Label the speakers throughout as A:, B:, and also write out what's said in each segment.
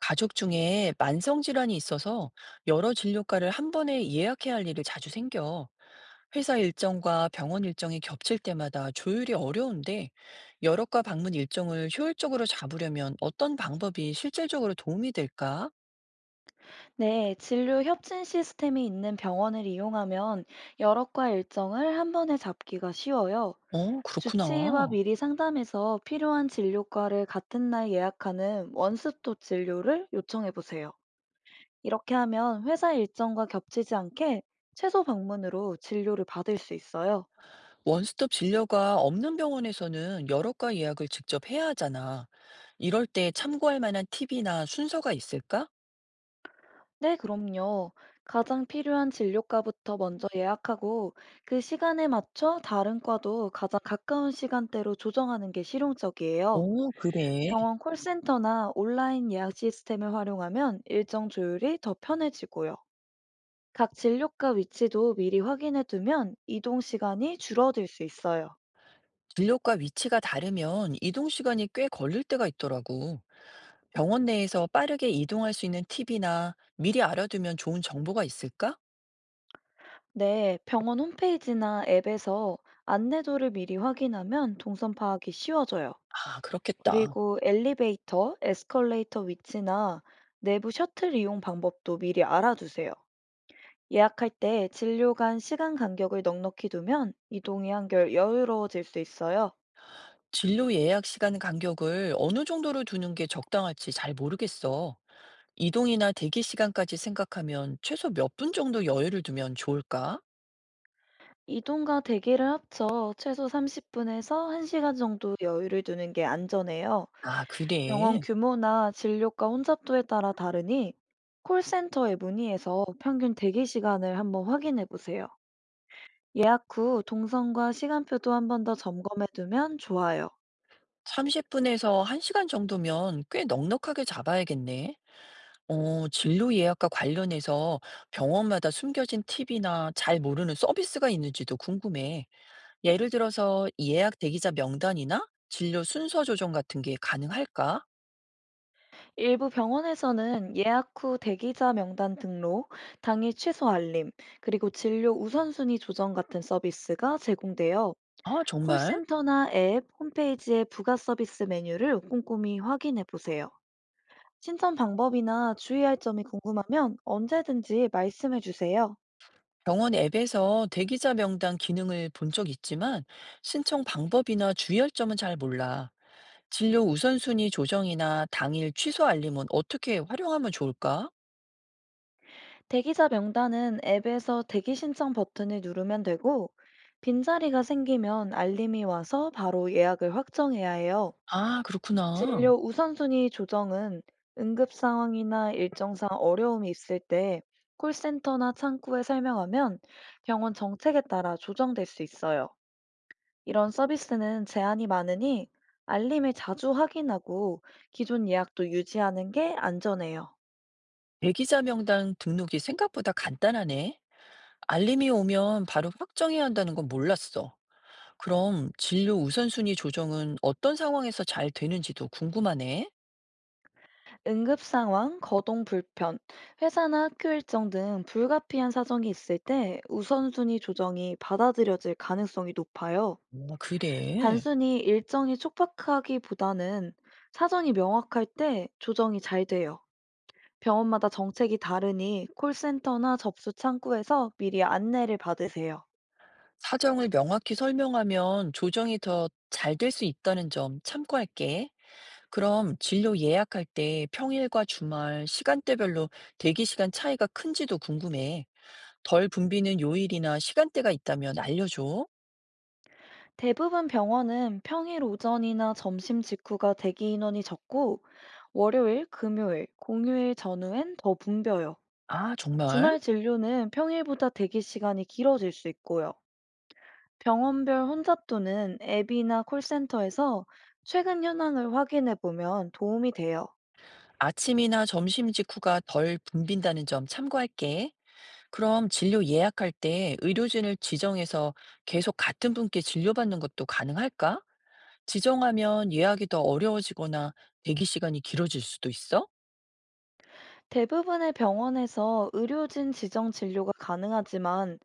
A: 가족 중에 만성질환이 있어서 여러 진료과를 한 번에 예약해야 할 일이 자주 생겨. 회사 일정과 병원 일정이 겹칠 때마다 조율이 어려운데, 여러 과 방문 일정을 효율적으로 잡으려면 어떤 방법이 실질적으로 도움이 될까?
B: 네, 진료 협진 시스템이 있는 병원을 이용하면 여러 과 일정을 한 번에 잡기가 쉬워요. 주치의와
A: 그렇구나.
B: 미리 상담해서 필요한 진료과를 같은 날 예약하는 원스톱 진료를 요청해 보세요. 이렇게 하면 회사 일정과 겹치지 않게 최소 방문으로 진료를 받을 수 있어요.
A: 원스톱 진료가 없는 병원에서는 여러 과 예약을 직접 해야 하잖아. 이럴 때 참고할 만한 팁이나 순서가 있을까?
B: 네, 그럼요. 가장 필요한 진료과부터 먼저 예약하고 그 시간에 맞춰 다른 과도 가장 가까운 시간대로 조정하는 게 실용적이에요.
A: 오, 그래.
B: 병원 콜센터나 온라인 예약 시스템을 활용하면 일정 조율이 더 편해지고요. 각 진료과 위치도 미리 확인해 두면 이동 시간이 줄어들 수 있어요.
A: 진료과 위치가 다르면 이동 시간이 꽤 걸릴 때가 있더라고. 병원 내에서 빠르게 이동할 수 있는 팁이나 미리 알아두면 좋은 정보가 있을까?
B: 네, 병원 홈페이지나 앱에서 안내도를 미리 확인하면 동선 파악이 쉬워져요.
A: 아, 그렇겠다.
B: 그리고 엘리베이터, 에스컬레이터 위치나 내부 셔틀 이용 방법도 미리 알아두세요. 예약할 때 진료 간 시간 간격을 넉넉히 두면 이동이 한결 여유로워질 수 있어요.
A: 진료 예약 시간 간격을 어느 정도로 두는 게 적당할지 잘 모르겠어. 이동이나 대기 시간까지 생각하면 최소 몇 분 정도 여유를 두면 좋을까?
B: 이동과 대기를 합쳐 최소 30분에서 1시간 정도 여유를 두는 게 안전해요.
A: 아,
B: 병원
A: 그래.
B: 규모나 진료과 혼잡도에 따라 다르니 콜센터에 문의해서 평균 대기 시간을 한번 확인해 보세요. 예약 후 동선과 시간표도 한번 더 점검해 두면 좋아요.
A: 30분에서 1시간 정도면 꽤 넉넉하게 잡아야겠네. 진료 예약과 관련해서 병원마다 숨겨진 팁이나 잘 모르는 서비스가 있는지도 궁금해. 예를 들어서 예약 대기자 명단이나 진료 순서 조정 같은 게 가능할까?
B: 일부 병원에서는 예약 후 대기자 명단 등록, 당일 취소 알림, 그리고 진료 우선순위 조정 같은 서비스가 제공돼요.
A: 아, 정말?
B: 콜센터나 앱, 홈페이지의 부가 서비스 메뉴를 꼼꼼히 확인해 보세요. 신청 방법이나 주의할 점이 궁금하면 언제든지 말씀해 주세요.
A: 병원 앱에서 대기자 명단 기능을 본 적 있지만 신청 방법이나 주의할 점은 잘 몰라. 진료 우선순위 조정이나 당일 취소 알림은 어떻게 활용하면 좋을까?
B: 대기자 명단은 앱에서 대기 신청 버튼을 누르면 되고, 빈자리가 생기면 알림이 와서 바로 예약을 확정해야 해요.
A: 아, 그렇구나.
B: 진료 우선순위 조정은 응급 상황이나 일정상 어려움이 있을 때 콜센터나 창구에 설명하면 병원 정책에 따라 조정될 수 있어요. 이런 서비스는 제한이 많으니 알림을 자주 확인하고 기존 예약도 유지하는 게 안전해요.
A: 대기자 명단 등록이 생각보다 간단하네. 알림이 오면 바로 확정해야 한다는 건 몰랐어. 그럼 진료 우선순위 조정은 어떤 상황에서 잘 되는지도 궁금하네.
B: 응급 상황, 거동 불편, 회사나 학교 일정 등 불가피한 사정이 있을 때 우선순위 조정이 받아들여질 가능성이 높아요.
A: 그래.
B: 단순히 일정이 촉박하기보다는 사정이 명확할 때 조정이 잘 돼요. 병원마다 정책이 다르니 콜센터나 접수 창구에서 미리 안내를 받으세요.
A: 사정을 명확히 설명하면 조정이 더 잘 될 수 있다는 점 참고할게. 그럼 진료 예약할 때 평일과 주말, 시간대별로 대기 시간 차이가 큰지도 궁금해. 덜 붐비는 요일이나 시간대가 있다면 알려줘.
B: 대부분 병원은 평일 오전이나 점심 직후가 대기 인원이 적고 월요일, 금요일, 공휴일 전후엔 더 붐벼요.
A: 아, 정말?
B: 주말 진료는 평일보다 대기 시간이 길어질 수 있고요. 병원별 혼잡도는 앱이나 콜센터에서 최근 현황을 확인해 보면 도움이 돼요.
A: 아침이나 점심 직후가 덜 붐빈다는 점 참고할게. 그럼 진료 예약할 때 의료진을 지정해서 계속 같은 분께 진료받는 것도 가능할까? 지정하면 예약이 더 어려워지거나 대기 시간이 길어질 수도 있어?
B: 대부분의 병원에서 의료진 지정 진료가 가능하지만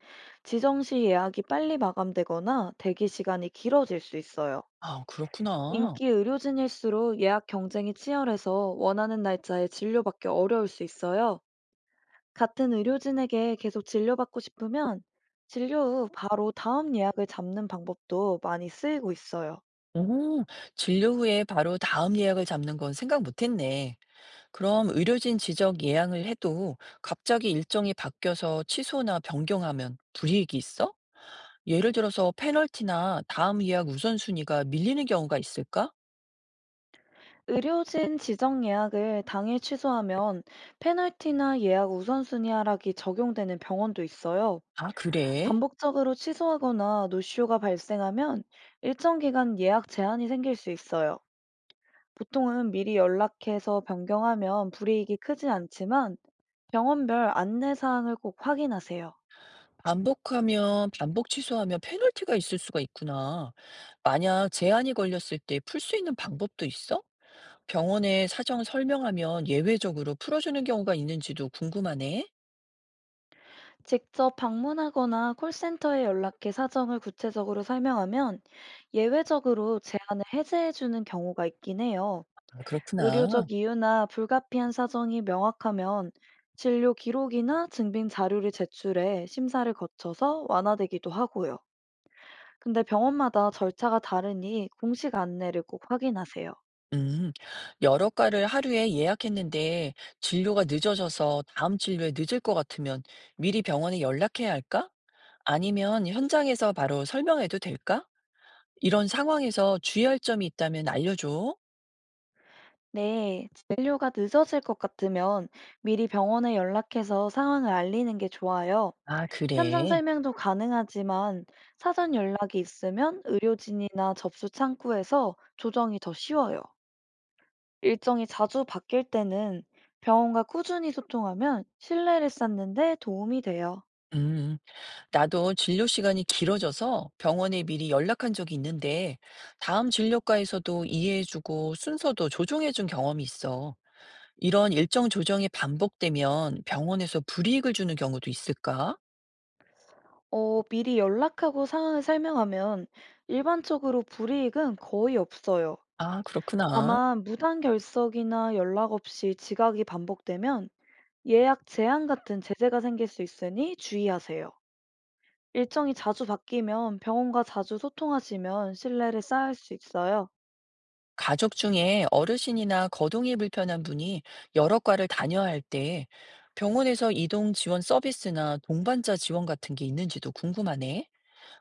B: 지정 시 예약이 빨리 마감되거나 대기 시간이 길어질 수 있어요.
A: 아, 그렇구나.
B: 인기 의료진일수록 예약 경쟁이 치열해서 원하는 날짜에 진료받기 어려울 수 있어요. 같은 의료진에게 계속 진료받고 싶으면 진료 후 바로 다음 예약을 잡는 방법도 많이 쓰이고 있어요.
A: 오, 진료 후에 바로 다음 예약을 잡는 건 생각 못했네. 그럼 의료진 지정 예약을 해도 갑자기 일정이 바뀌어서 취소나 변경하면 불이익이 있어? 예를 들어서 페널티나 다음 예약 우선순위가 밀리는 경우가 있을까?
B: 의료진 지정 예약을 당일 취소하면 페널티나 예약 우선순위 하락이 적용되는 병원도 있어요.
A: 아, 그래?
B: 반복적으로 취소하거나 노쇼가 발생하면 일정 기간 예약 제한이 생길 수 있어요. 보통은 미리 연락해서 변경하면 불이익이 크지 않지만 병원별 안내사항을 꼭 확인하세요.
A: 반복 취소하면 페널티가 있을 수가 있구나. 만약 제한이 걸렸을 때 풀 수 있는 방법도 있어? 병원에 사정을 설명하면 예외적으로 풀어주는 경우가 있는지도 궁금하네.
B: 직접 방문하거나 콜센터에 연락해 사정을 구체적으로 설명하면 예외적으로 제한을 해제해주는 경우가 있긴 해요.
A: 아, 그렇구나.
B: 의료적 이유나 불가피한 사정이 명확하면 진료 기록이나 증빙 자료를 제출해 심사를 거쳐서 완화되기도 하고요. 근데 병원마다 절차가 다르니 공식 안내를 꼭 확인하세요.
A: 음, 여러 과를 하루에 예약했는데 진료가 늦어져서 다음 진료에 늦을 것 같으면 미리 병원에 연락해야 할까? 아니면 현장에서 바로 설명해도 될까? 이런 상황에서 주의할 점이 있다면 알려줘.
B: 네, 진료가 늦어질 것 같으면 미리 병원에 연락해서 상황을 알리는 게 좋아요.
A: 아,
B: 현장
A: 그래.
B: 설명도 가능하지만 사전 연락이 있으면 의료진이나 접수 창구에서 조정이 더 쉬워요. 일정이 자주 바뀔 때는 병원과 꾸준히 소통하면 신뢰를 쌓는데 도움이 돼요.
A: 음. 나도 진료 시간이 길어져서 병원에 미리 연락한 적이 있는데, 다음 진료과에서도 이해해주고 순서도 조정해준 경험이 있어. 이런 일정 조정이 반복되면 병원에서 불이익을 주는 경우도 있을까?
B: 어, 미리 연락하고 상황을 설명하면 일반적으로 불이익은 거의 없어요.
A: 아, 그렇구나.
B: 다만 무단 결석이나 연락 없이 지각이 반복되면 예약 제한 같은 제재가 생길 수 있으니 주의하세요. 일정이 자주 바뀌면 병원과 자주 소통하시면 신뢰를 쌓을 수 있어요.
A: 가족 중에 어르신이나 거동이 불편한 분이 여러 과를 다녀야 할 때 병원에서 이동 지원 서비스나 동반자 지원 같은 게 있는지도 궁금하네.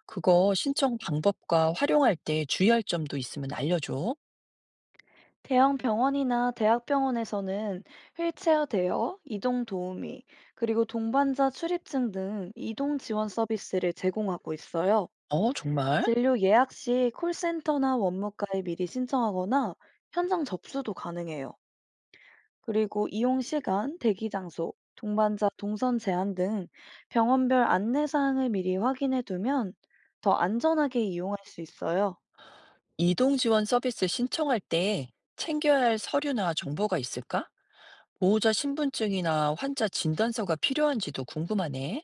A: 그거 신청 방법과 활용할 때 주의할 점도 있으면 알려줘.
B: 대형 병원이나 대학병원에서는 휠체어 대여, 이동 도우미, 그리고 동반자 출입증 등 이동 지원 서비스를 제공하고 있어요.
A: 어, 정말?
B: 진료 예약 시 콜센터나 원무과에 미리 신청하거나 현장 접수도 가능해요. 그리고 이용 시간, 대기 장소, 동반자 동선 제한 등 병원별 안내 사항을 미리 확인해 두면 더 안전하게 이용할 수 있어요.
A: 이동 지원 서비스 신청할 때 챙겨야 할 서류나 정보가 있을까? 보호자 신분증이나 환자 진단서가 필요한지도 궁금하네.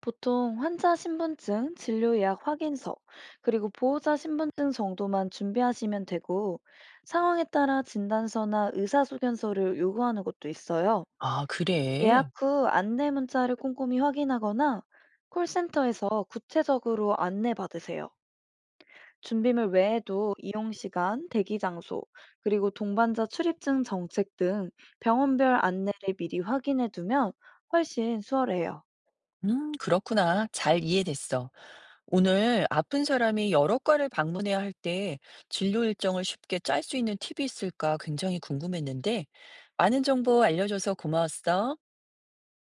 B: 보통 환자 신분증, 진료 예약 확인서, 그리고 보호자 신분증 정도만 준비하시면 되고 상황에 따라 진단서나 의사소견서를 요구하는 곳도 있어요.
A: 아, 그래.
B: 예약 후 안내 문자를 꼼꼼히 확인하거나 콜센터에서 구체적으로 안내 받으세요. 준비물 외에도 이용 시간, 대기 장소, 그리고 동반자 출입증 정책 등 병원별 안내를 미리 확인해 두면 훨씬 수월해요.
A: 그렇구나. 잘 이해됐어. 오늘 아픈 사람이 여러 과를 방문해야 할 때 진료 일정을 쉽게 짤 수 있는 팁이 있을까 굉장히 궁금했는데, 많은 정보 알려줘서 고마웠어.